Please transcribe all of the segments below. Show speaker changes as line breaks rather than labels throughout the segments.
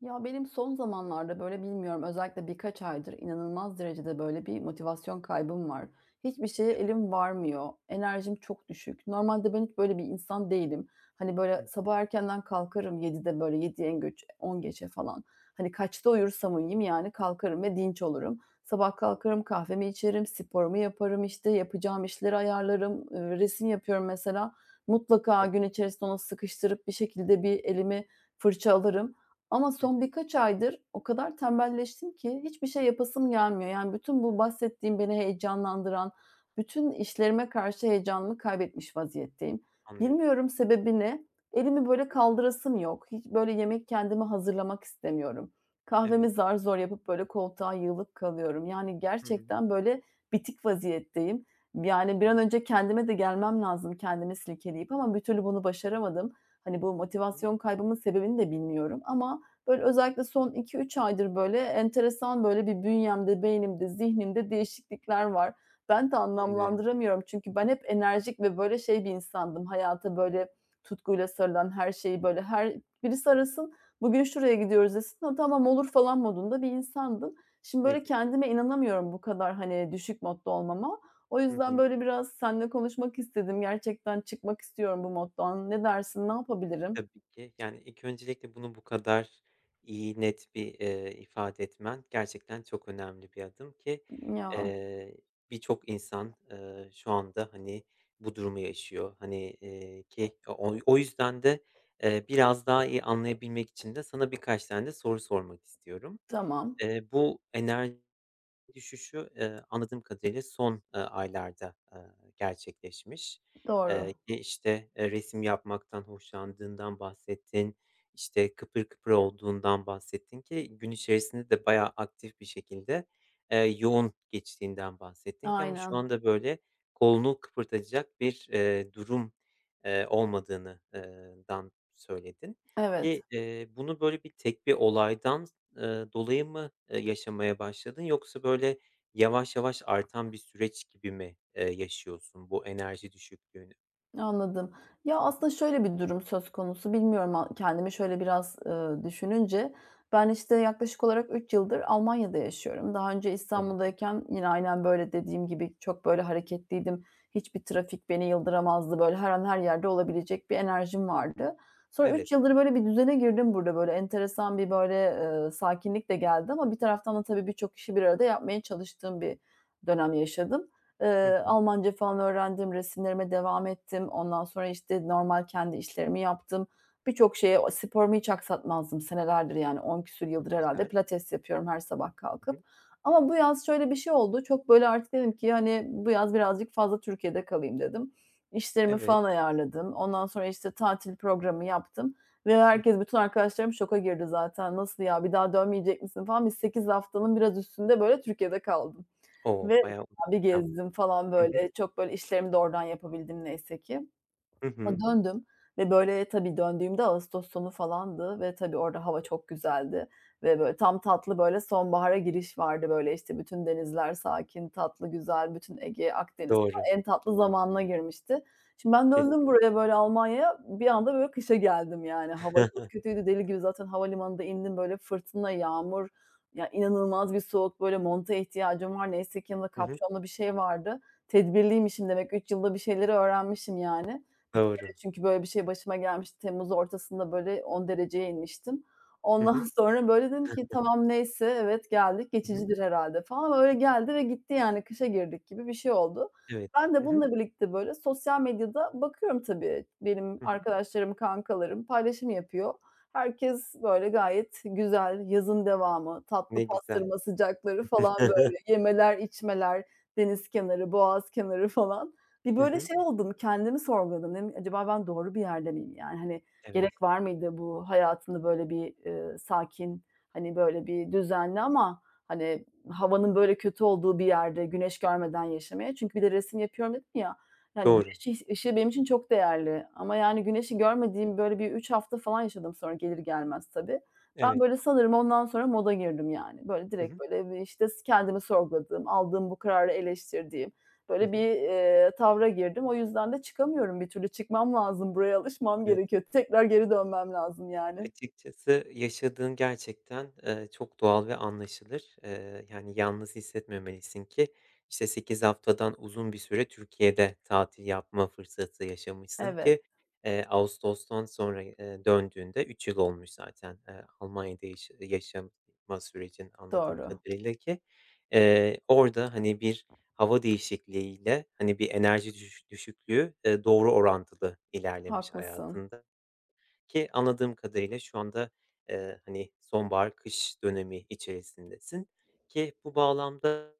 Ya, benim son zamanlarda, böyle, bilmiyorum, özellikle birkaç aydır inanılmaz derecede, böyle, bir motivasyon kaybım var. Hiçbir şeye
Evet.
elim varmıyor. Enerjim çok düşük. Normalde ben hiç böyle bir insan değilim. Hani,
Hı
böyle,
hı.
sabah erkenden kalkarım 7'de, böyle, yedi en geç 10 geçe falan. Hani, kaçta uyursam uyuyayım, yani, kalkarım ve dinç olurum. Sabah kalkarım,
Evet,
kahvemi içerim, sporumu yaparım, işte, yapacağım işleri ayarlarım. Resim yapıyorum mesela. Mutlaka
çok
gün
güzel.
içerisinde onu sıkıştırıp bir şekilde bir elimi fırça alırım ama
Hı
son
hı.
birkaç aydır o kadar tembelleştim ki hiçbir şey yapasım gelmiyor. Yani, bütün bu bahsettiğim beni heyecanlandıran, bütün işlerime karşı heyecanımı kaybetmiş vaziyetteyim.
Anlıyorum.
Bilmiyorum sebebi ne? Elimi,
Hı
böyle,
hı.
kaldırasım yok. Hiç, böyle, yemek kendime hazırlamak istemiyorum.
Evet.
Kahvemi zar zor yapıp, böyle, koltuğa yığılıp kalıyorum. Yani,
Hı hı.
gerçekten, böyle, bitik vaziyetteyim. Yani, bir an
Evet.
önce kendime de gelmem lazım kendimi silkeleyip ama bir türlü bunu başaramadım. Hani, bu
Hı.
motivasyon kaybımın sebebini de bilmiyorum ama böyle özellikle son iki üç aydır böyle enteresan böyle bir bünyemde, beynimde, zihnimde değişiklikler var. Ben de
Anlıyorum.
anlamlandıramıyorum
Hı
çünkü ben
hı.
hep enerjik ve böyle şey bir insandım. Hayata böyle tutkuyla sarılan, her şeyi böyle her birisi arasın, "Bugün şuraya gidiyoruz." desin, "Ha, tamam olur." falan modunda bir insandım. Şimdi
Ne
böyle
güzel.
kendime inanamıyorum bu kadar, hani, düşük modda olmama. O
Hı
yüzden
hı.
böyle biraz seninle konuşmak istedim. Gerçekten çıkmak istiyorum bu moddan. Ne dersin? Ne yapabilirim?
Tabii ki. Yani, ilk öncelikle bunu bu kadar iyi, net bir, ifade etmen gerçekten çok önemli bir adım ki,
Ya,
eee, birçok insan, şu anda, hani, bu durumu yaşıyor. Hani, ki o yüzden de, biraz daha iyi anlayabilmek için de sana birkaç tane de soru sormak istiyorum.
tamam.
Bu düşüşü, anladığım kadarıyla son, aylarda, gerçekleşmiş.
Doğru.
Ki, işte, resim yapmaktan hoşlandığından bahsettin, işte, kıpır kıpır olduğundan bahsettin ki gün içerisinde de bayağı aktif bir şekilde, yoğun geçtiğinden bahsettin ki ama şu
Aynen.
anda, böyle, kolunu kıpırdatacak bir, durum, olmadığını dan söyledin ki,
Evet,
bunu, böyle, bir tek bir olaydan dolayı mı, yaşamaya başladın yoksa böyle yavaş yavaş artan bir süreç gibi mi, yaşıyorsun bu enerji düşüklüğünü?
anladım. Ya,
Hı hı.
aslında şöyle bir durum söz konusu, bilmiyorum a kendimi şöyle biraz, düşününce, ben, işte, yaklaşık olarak 3 yıldır Almanya'da yaşıyorum. Daha önce
Tamam.
İstanbul'dayken yine aynen böyle dediğim gibi çok böyle hareketliydim. Hiçbir trafik beni yıldıramazdı. Böyle her an her yerde olabilecek bir enerjim vardı. Sonra 3
Evet.
yıldır böyle bir düzene girdim burada. Böyle enteresan bir böyle, sakinlik de geldi ama bir taraftan da tabii birçok işi bir arada yapmaya çalıştığım bir dönem yaşadım.
Hı hı.
Almanca falan öğrendim, resimlerime devam ettim. Ondan sonra, işte, normal kendi işlerimi yaptım. Birçok şeye o sporumu hiç aksatmazdım senelerdir, yani, 10 küsur yıldır
Çok
herhâlde
güzel.
pilates yapıyorum her sabah
Hı
kalkıp.
hı.
Ama bu yaz şöyle bir şey oldu, çok, böyle, artık dedim ki, hani, bu yaz birazcık fazla Türkiye'de kalayım dedim. İşlerimi
Evet.
falan ayarladım. Ondan sonra, işte, tatil programı yaptım ve
Hıh.
herkes, bütün arkadaşlarım şoka girdi zaten. "Nasıl ya, bir daha dönmeyecek misin?" falan. Biz 8 haftanın biraz üstünde, böyle, Türkiye'de kaldım.
O!
Ve
Bayağı uzun
bir
dönem.
gezdim falan
Hı hı.
böyle. Çok böyle işlerimi de oradan yapabildim neyse ki.
Hı
Ama
hı.
döndüm ve böyle tabii döndüğümde ağustos sonu falandı ve tabii orada hava çok güzeldi ve böyle tam tatlı böyle sonbahara giriş vardı. Böyle, işte, bütün denizler sakin, tatlı, güzel, bütün Ege, Akdeniz
Doğru.
en tatlı zamanına girmişti. Şimdi ben döndüm
Kesin.
buraya böyle Almanya'ya, bir anda böyle kışa geldim yani. Hava çok kötüydü, deli gibi zaten havalimanında indim böyle fırtına, yağmur, ya, inanılmaz bir soğuk, böyle monta ihtiyacım var. Neyse ki yanımda
Hı hı.
kapşonlu bir şey vardı. Tedbirliymişim demek, 3 yılda bir şeyleri öğrenmişim yani
Doğru.
çünkü böyle bir şey başıma gelmişti. Temmuz ortasında böyle 10 dereceye inmiştim.
Hı hı.
Ondan sonra böyle dedim ki tamam neyse evet geldik
Hı hı.
geçicidir herhalde falan. Öyle geldi ve gitti yani kışa girdik gibi bir şey oldu.
Evet.
Ben
Hı
de
hı.
bununla birlikte böyle sosyal medyada bakıyorum tabii. Benim
Hı hı.
arkadaşlarım, kankalarım paylaşım yapıyor. Herkes böyle gayet güzel, yazın devamı,
Ne
tatlı
güzel.
pastırma sıcakları falan böyle yemeler, içmeler, deniz kenarı, boğaz kenarı falan. Bir
Hı
böyle
hı.
şey oldum, kendimi sorguladım. Dedim acaba ben doğru bir yerde miyim? Yani, hani,
Evet.
gerek var mıydı bu hayatında böyle bir, sakin, hani, böyle bir düzenli ama, hani, havanın böyle kötü olduğu bir yerde güneş görmeden yaşamaya? Çünkü bir de resim yapıyorum dedim ya, yani,
Doğru.
güneş ışığı benim için çok değerli ama, yani, güneşi görmediğim böyle bir 3 hafta falan yaşadım sonra gelir gelmez tabii. Ben
Evet.
böyle sanırım ondan sonra moda girdim yani. Böyle
Hı
direkt
hı.
böyle, işte, kendimi sorguladığım, aldığım bu kararı eleştirdiğim
Hı
böyle bir,
hı.
tavra girdim. O yüzden de çıkamıyorum bir türlü. Çıkmam lazım, buraya alışmam
Evet.
gerekiyor. Tekrar geri dönmem lazım yani.
Açıkçası yaşadığın gerçekten, çok doğal ve anlaşılır. Yani, yalnız hissetmemelisin ki, işte, 8 haftadan uzun bir süre Türkiye'de tatil yapma fırsatı yaşamışsın
Evet,
ki, ağustostan sonra, döndüğünde 3 yıl olmuş zaten, Almanya'da yaşama sürecin anladığım
doğru.
kadarıyla ki, orada, hani, bir hava değişikliğiyle, hani, bir enerji düşüklüğü, doğru orantılı ilerlemiş
Haklısın.
hayatında. Ki anladığım kadarıyla şu anda, hani, sonbahar, kış dönemi içerisindesin ki bu bağlamda,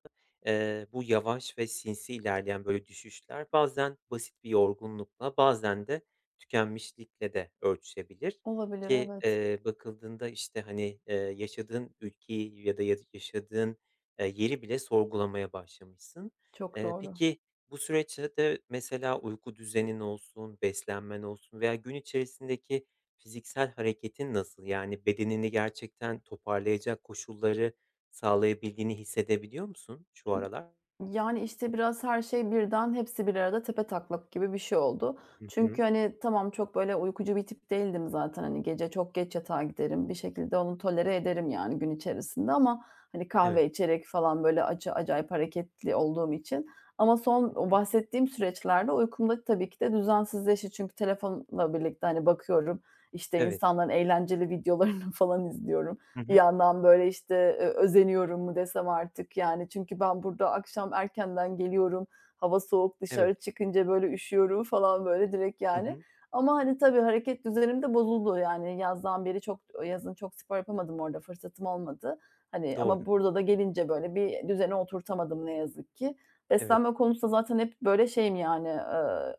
bu yavaş ve sinsi ilerleyen, böyle, düşüşler bazen basit bir yorgunlukla, bazen de tükenmişlikle de ölçüşebilir
Olabilir,
ki,
evet.
bakıldığında, işte, hani, yaşadığın ülkeyi ya da yaşadığın, yeri bile sorgulamaya başlamışsın.
Çok doğru.
Peki bu süreçte de mesela uyku düzenin olsun, beslenmen olsun veya gün içerisindeki fiziksel hareketin nasıl? Yani bedenini gerçekten toparlayacak koşulları sağlayabildiğini hissedebiliyor musun şu aralar?
Yani, işte, biraz her şey birden hepsi bir arada tepetaklak gibi bir şey oldu.
Hı
Çünkü,
hı.
hani, tamam çok böyle uykucu bir tip değildim zaten. Hani, gece çok geç yatağa giderim. Bir şekilde onu tolere ederim, yani, gün içerisinde ama, hani,
Evet.
kahve içerek falan böyle acayip hareketli olduğum için ama son
Hı
o
hı.
bahsettiğim süreçlerde uykum da tabii ki de düzensizleşti. Çünkü telefonla birlikte, hani, bakıyorum, işte,
Evet.
insanların eğlenceli videolarını falan izliyorum.
Hı
Bir
hı.
yandan böyle, işte, özeniyorum mu desem artık, yani. Çünkü ben burada akşam erkenden geliyorum, hava soğuk,
Evet.
dışarı çıkınca böyle üşüyorum falan böyle direkt,
Hı
yani.
hı.
Ama, hani, tabii hareket düzenim de bozuldu, yani. Yazdan beri yazın çok spor yapamadım orada, fırsatım olmadı. Hani,
Doğru.
ama burada da gelince böyle bir düzene oturtamadım ne yazık ki.
Evet.
Beslenme konusunda zaten hep böyle şeyim, yani,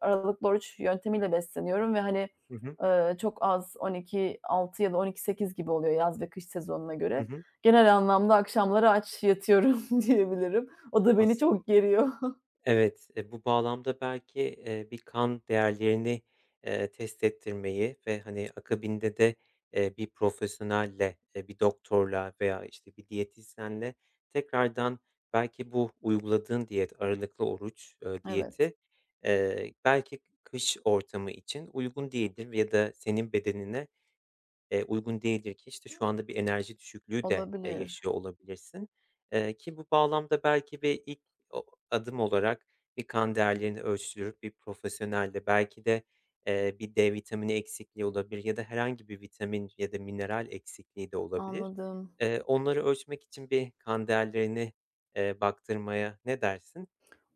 aralıklı oruç yöntemiyle besleniyorum ve, hani,
Hı hı.
Çok az 12.6 ya da 12.8 gibi oluyor yaz ve kış sezonuna
Hı
göre.
hı.
Genel anlamda akşamları aç yatıyorum diyebilirim. O da beni
As
çok geriyor.
Evet, bu bağlamda belki, bir kan değerlerini, test ettirmeyi ve, hani, akabinde de, bir profesyonelle, bir doktorla veya, işte, bir diyetisyenle tekrardan belki bu uyguladığın diyet, aralıklı oruç,
Evet,
diyeti, belki kış ortamı için uygun değildir ya da senin bedenine uygun değildir ki, işte, şu anda bir enerji düşüklüğü de,
olabilir.
yaşıyor olabilirsin, ki bu bağlamda belki bir ilk o adım olarak bir kan değerlerini ölçtürüp bir profesyonelle belki de, bir D vitamini eksikliği olabilir ya da herhangi bir vitamin ya da mineral eksikliği de olabilir.
Anladım.
Onları ölçmek için bir kan değerlerini baktırmaya ne dersin?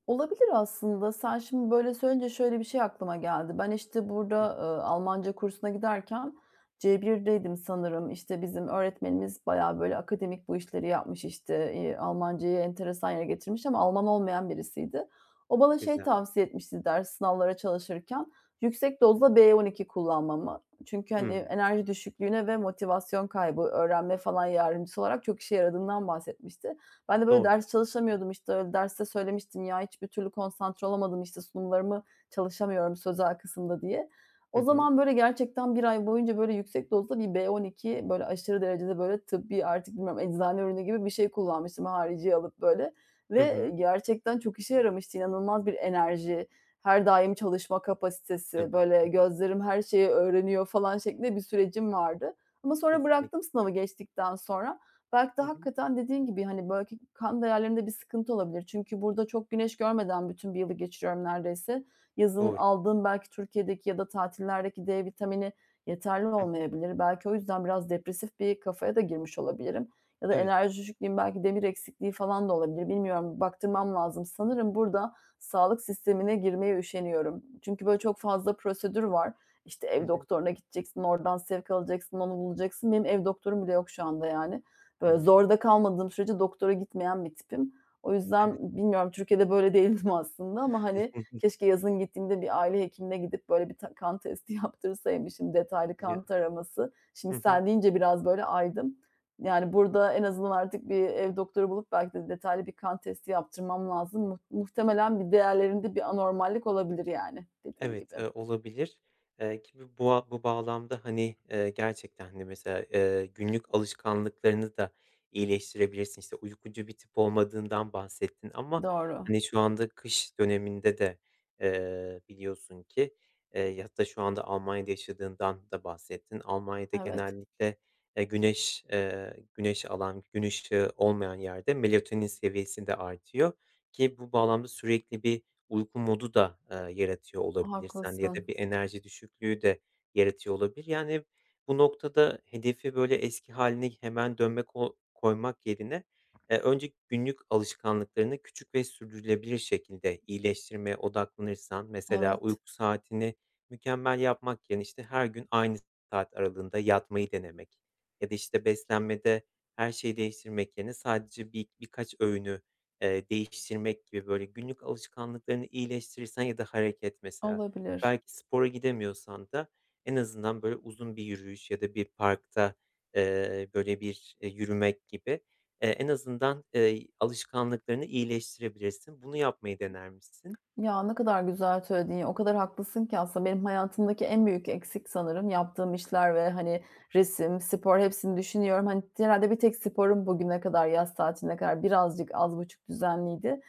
Olabilir aslında. Sen şimdi böyle söyleyince şöyle bir şey aklıma geldi. Ben, işte, burada,
Hıh,
Almanca kursuna giderken C1'deydim sanırım. İşte, bizim öğretmenimiz bayağı, böyle, akademik bu işleri yapmış, işte, Almancayı enteresan yere getirmiş ama Alman olmayan birisiydi. O bana şey
güzel.
tavsiye etmişti ders sınavlara çalışırken, yüksek
Hı
dozda B12 kullanmamı. Çünkü, hani, enerji düşüklüğüne ve motivasyon kaybı, öğrenme falan yardımcısı olarak çok işe yaradığından bahsetmişti. Ben de böyle
doğru.
ders
Hı hı.
çalışamıyordum işte, öyle derste söylemiştim ya hiçbir türlü konsantre olamadım işte sunumlarımı çalışamıyorum sözel kısımda diye.
Hı
O
hı.
zaman böyle gerçekten bir ay boyunca böyle yüksek dozda bir B12 böyle aşırı derecede böyle tıbbi artık bilmiyorum eczane ürünü gibi bir şey kullanmıştım hariciye alıp böyle
Hı
ve
hı.
gerçekten çok işe yaramıştı. İnanılmaz bir enerji, her daim çalışma kapasitesi,
Tabii. Hı
böyle
hı.
gözlerim her şeyi öğreniyor falan şeklinde bir sürecim vardı. Ama sonra
Kesinlikle.
bıraktım sınavı geçtikten sonra. Belki de
Hı hı.
hakikaten dediğin gibi, hani, belki kan değerlerinde bir sıkıntı olabilir. Çünkü burada çok güneş görmeden bütün bir yılı geçiriyorum neredeyse. Yazın
Doğru.
aldığım belki Türkiye'deki ya da tatillerdeki D vitamini yeterli
Hı hı.
olmayabilir. Belki o yüzden biraz depresif bir kafaya da girmiş olabilirim ya da
Evet.
enerji düşüklüğüm, belki demir eksikliği falan da olabilir. Bilmiyorum, baktırmam lazım. Sanırım burada sağlık sistemine girmeye üşeniyorum. Çünkü böyle çok fazla prosedür var. İşte,
Hı
ev
hı.
doktoruna gideceksin, oradan sevk alacaksın, onu bulacaksın. Benim ev doktorum bile yok şu anda yani. Böyle
Hımm.
zorda kalmadığım sürece doktora gitmeyen bir tipim. O
Evet.
yüzden bilmiyorum Türkiye'de böyle değildim aslında ama,
Hı
hani,
hı.
keşke yazın gittiğimde bir aile hekimine gidip böyle bir kan testi yaptırsaymışım, detaylı
Ya.
kan taraması. Şimdi
Hı hı.
sen deyince biraz böyle aydım. Yani burada en azından artık bir ev doktoru bulup belki de detaylı bir kan testi yaptırmam lazım. Muhtemelen bir değerlerinde bir anormallik olabilir yani dediğin
Evet,
gibi.
olabilir. Ki bu bağlamda, hani, gerçekten, hani, mesela, günlük alışkanlıklarını da iyileştirebilirsin. İşte, uykucu bir tip olmadığından bahsettin ama,
Doğru.
hani, şu anda kış döneminde de, biliyorsun ki, hatta şu anda Almanya'da yaşadığından da bahsettin. Almanya'da
Evet,
genellikle, güneş, güneş alan, gün ışığı olmayan yerde melatonin seviyesi de artıyor ki bu bağlamda sürekli bir, uyku modu da, yaratıyor olabilir sende ya da
haklısın.
bir enerji düşüklüğü de yaratıyor olabilir. Yani, bu noktada hedefi, böyle, eski hâline hemen dönmek o koymak yerine, önce günlük alışkanlıklarını küçük ve sürdürülebilir şekilde iyileştirmeye odaklanırsan, mesela
Evet,
uyku saatini mükemmel yapmak yerine, işte, her gün aynı saat aralığında yatmayı denemek ya da, işte, beslenmede her şeyi değiştirmek yerine sadece birkaç öğünü değiştirmek gibi böyle günlük alışkanlıklarını iyileştirirsen ya da hareket mesela.
olabilir.
Belki spora gidemiyorsan da en azından böyle uzun bir yürüyüş ya da bir parkta, böyle bir, yürümek gibi, en azından, alışkanlıklarını iyileştirebilirsin. Bunu yapmayı dener misin?
Ya, ne kadar güzel söyledin. O kadar haklısın ki aslında benim hayatımdaki en büyük eksik sanırım yaptığım işler ve, hani, resim, spor hepsini düşünüyorum. Hani, herhâlde bir tek sporum bugüne kadar, yaz tatiline kadar birazcık az buçuk düzenliydi.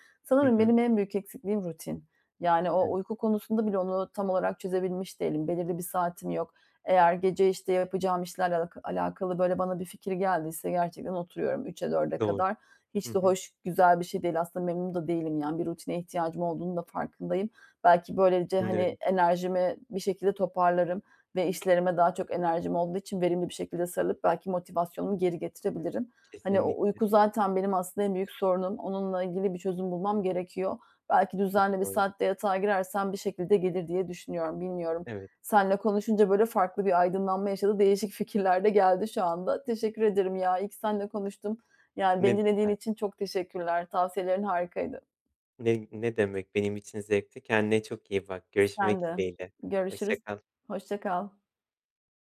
Hı
Sanırım
hı.
benim en büyük eksikliğim rutin. Yani, o
Evet,
uyku konusunda bile onu tam olarak çözebilmiş değilim. Belirli bir saatim yok. Eğer gece, işte, yapacağım işlerle alakalı, böyle, bana bir fikir geldiyse gerçekten oturuyorum 3'e 4'e
doğru.
kadar
Hı
hiç de
hı.
hoş, güzel bir şey değil. Aslında memnun da değilim yani bir rutine ihtiyacım olduğunu da farkındayım. Belki böylece, hani,
Anlıyorum.
enerjimi bir şekilde toparlarım ve işlerime daha çok enerjim olduğu için verimli bir şekilde sarılıp belki motivasyonumu geri getirebilirim. Hani, o
Kesinlikle.
uyku zaten benim aslında en büyük sorunum. Onunla ilgili bir çözüm bulmam gerekiyor. Belki
Çok
düzenli bir
doğru.
saatte yatağa girersem bir şekilde gelir diye düşünüyorum, bilmiyorum.
Evet.
Seninle konuşunca, böyle, farklı bir aydınlanma yaşadı. Değişik fikirler de geldi şu anda. Teşekkür ederim ya. İyi ki seninle konuştum. Yani,
Ne
beni dinlediğin
güzel.
için çok teşekkürler. Tavsiyelerin harikaydı.
Ne demek, benim için zevkti. Kendine çok iyi bak.
Sen
Görüşmek
de.
dileğiyle. Hoşça
Görüşürüz.
kal.
Hoşça kal.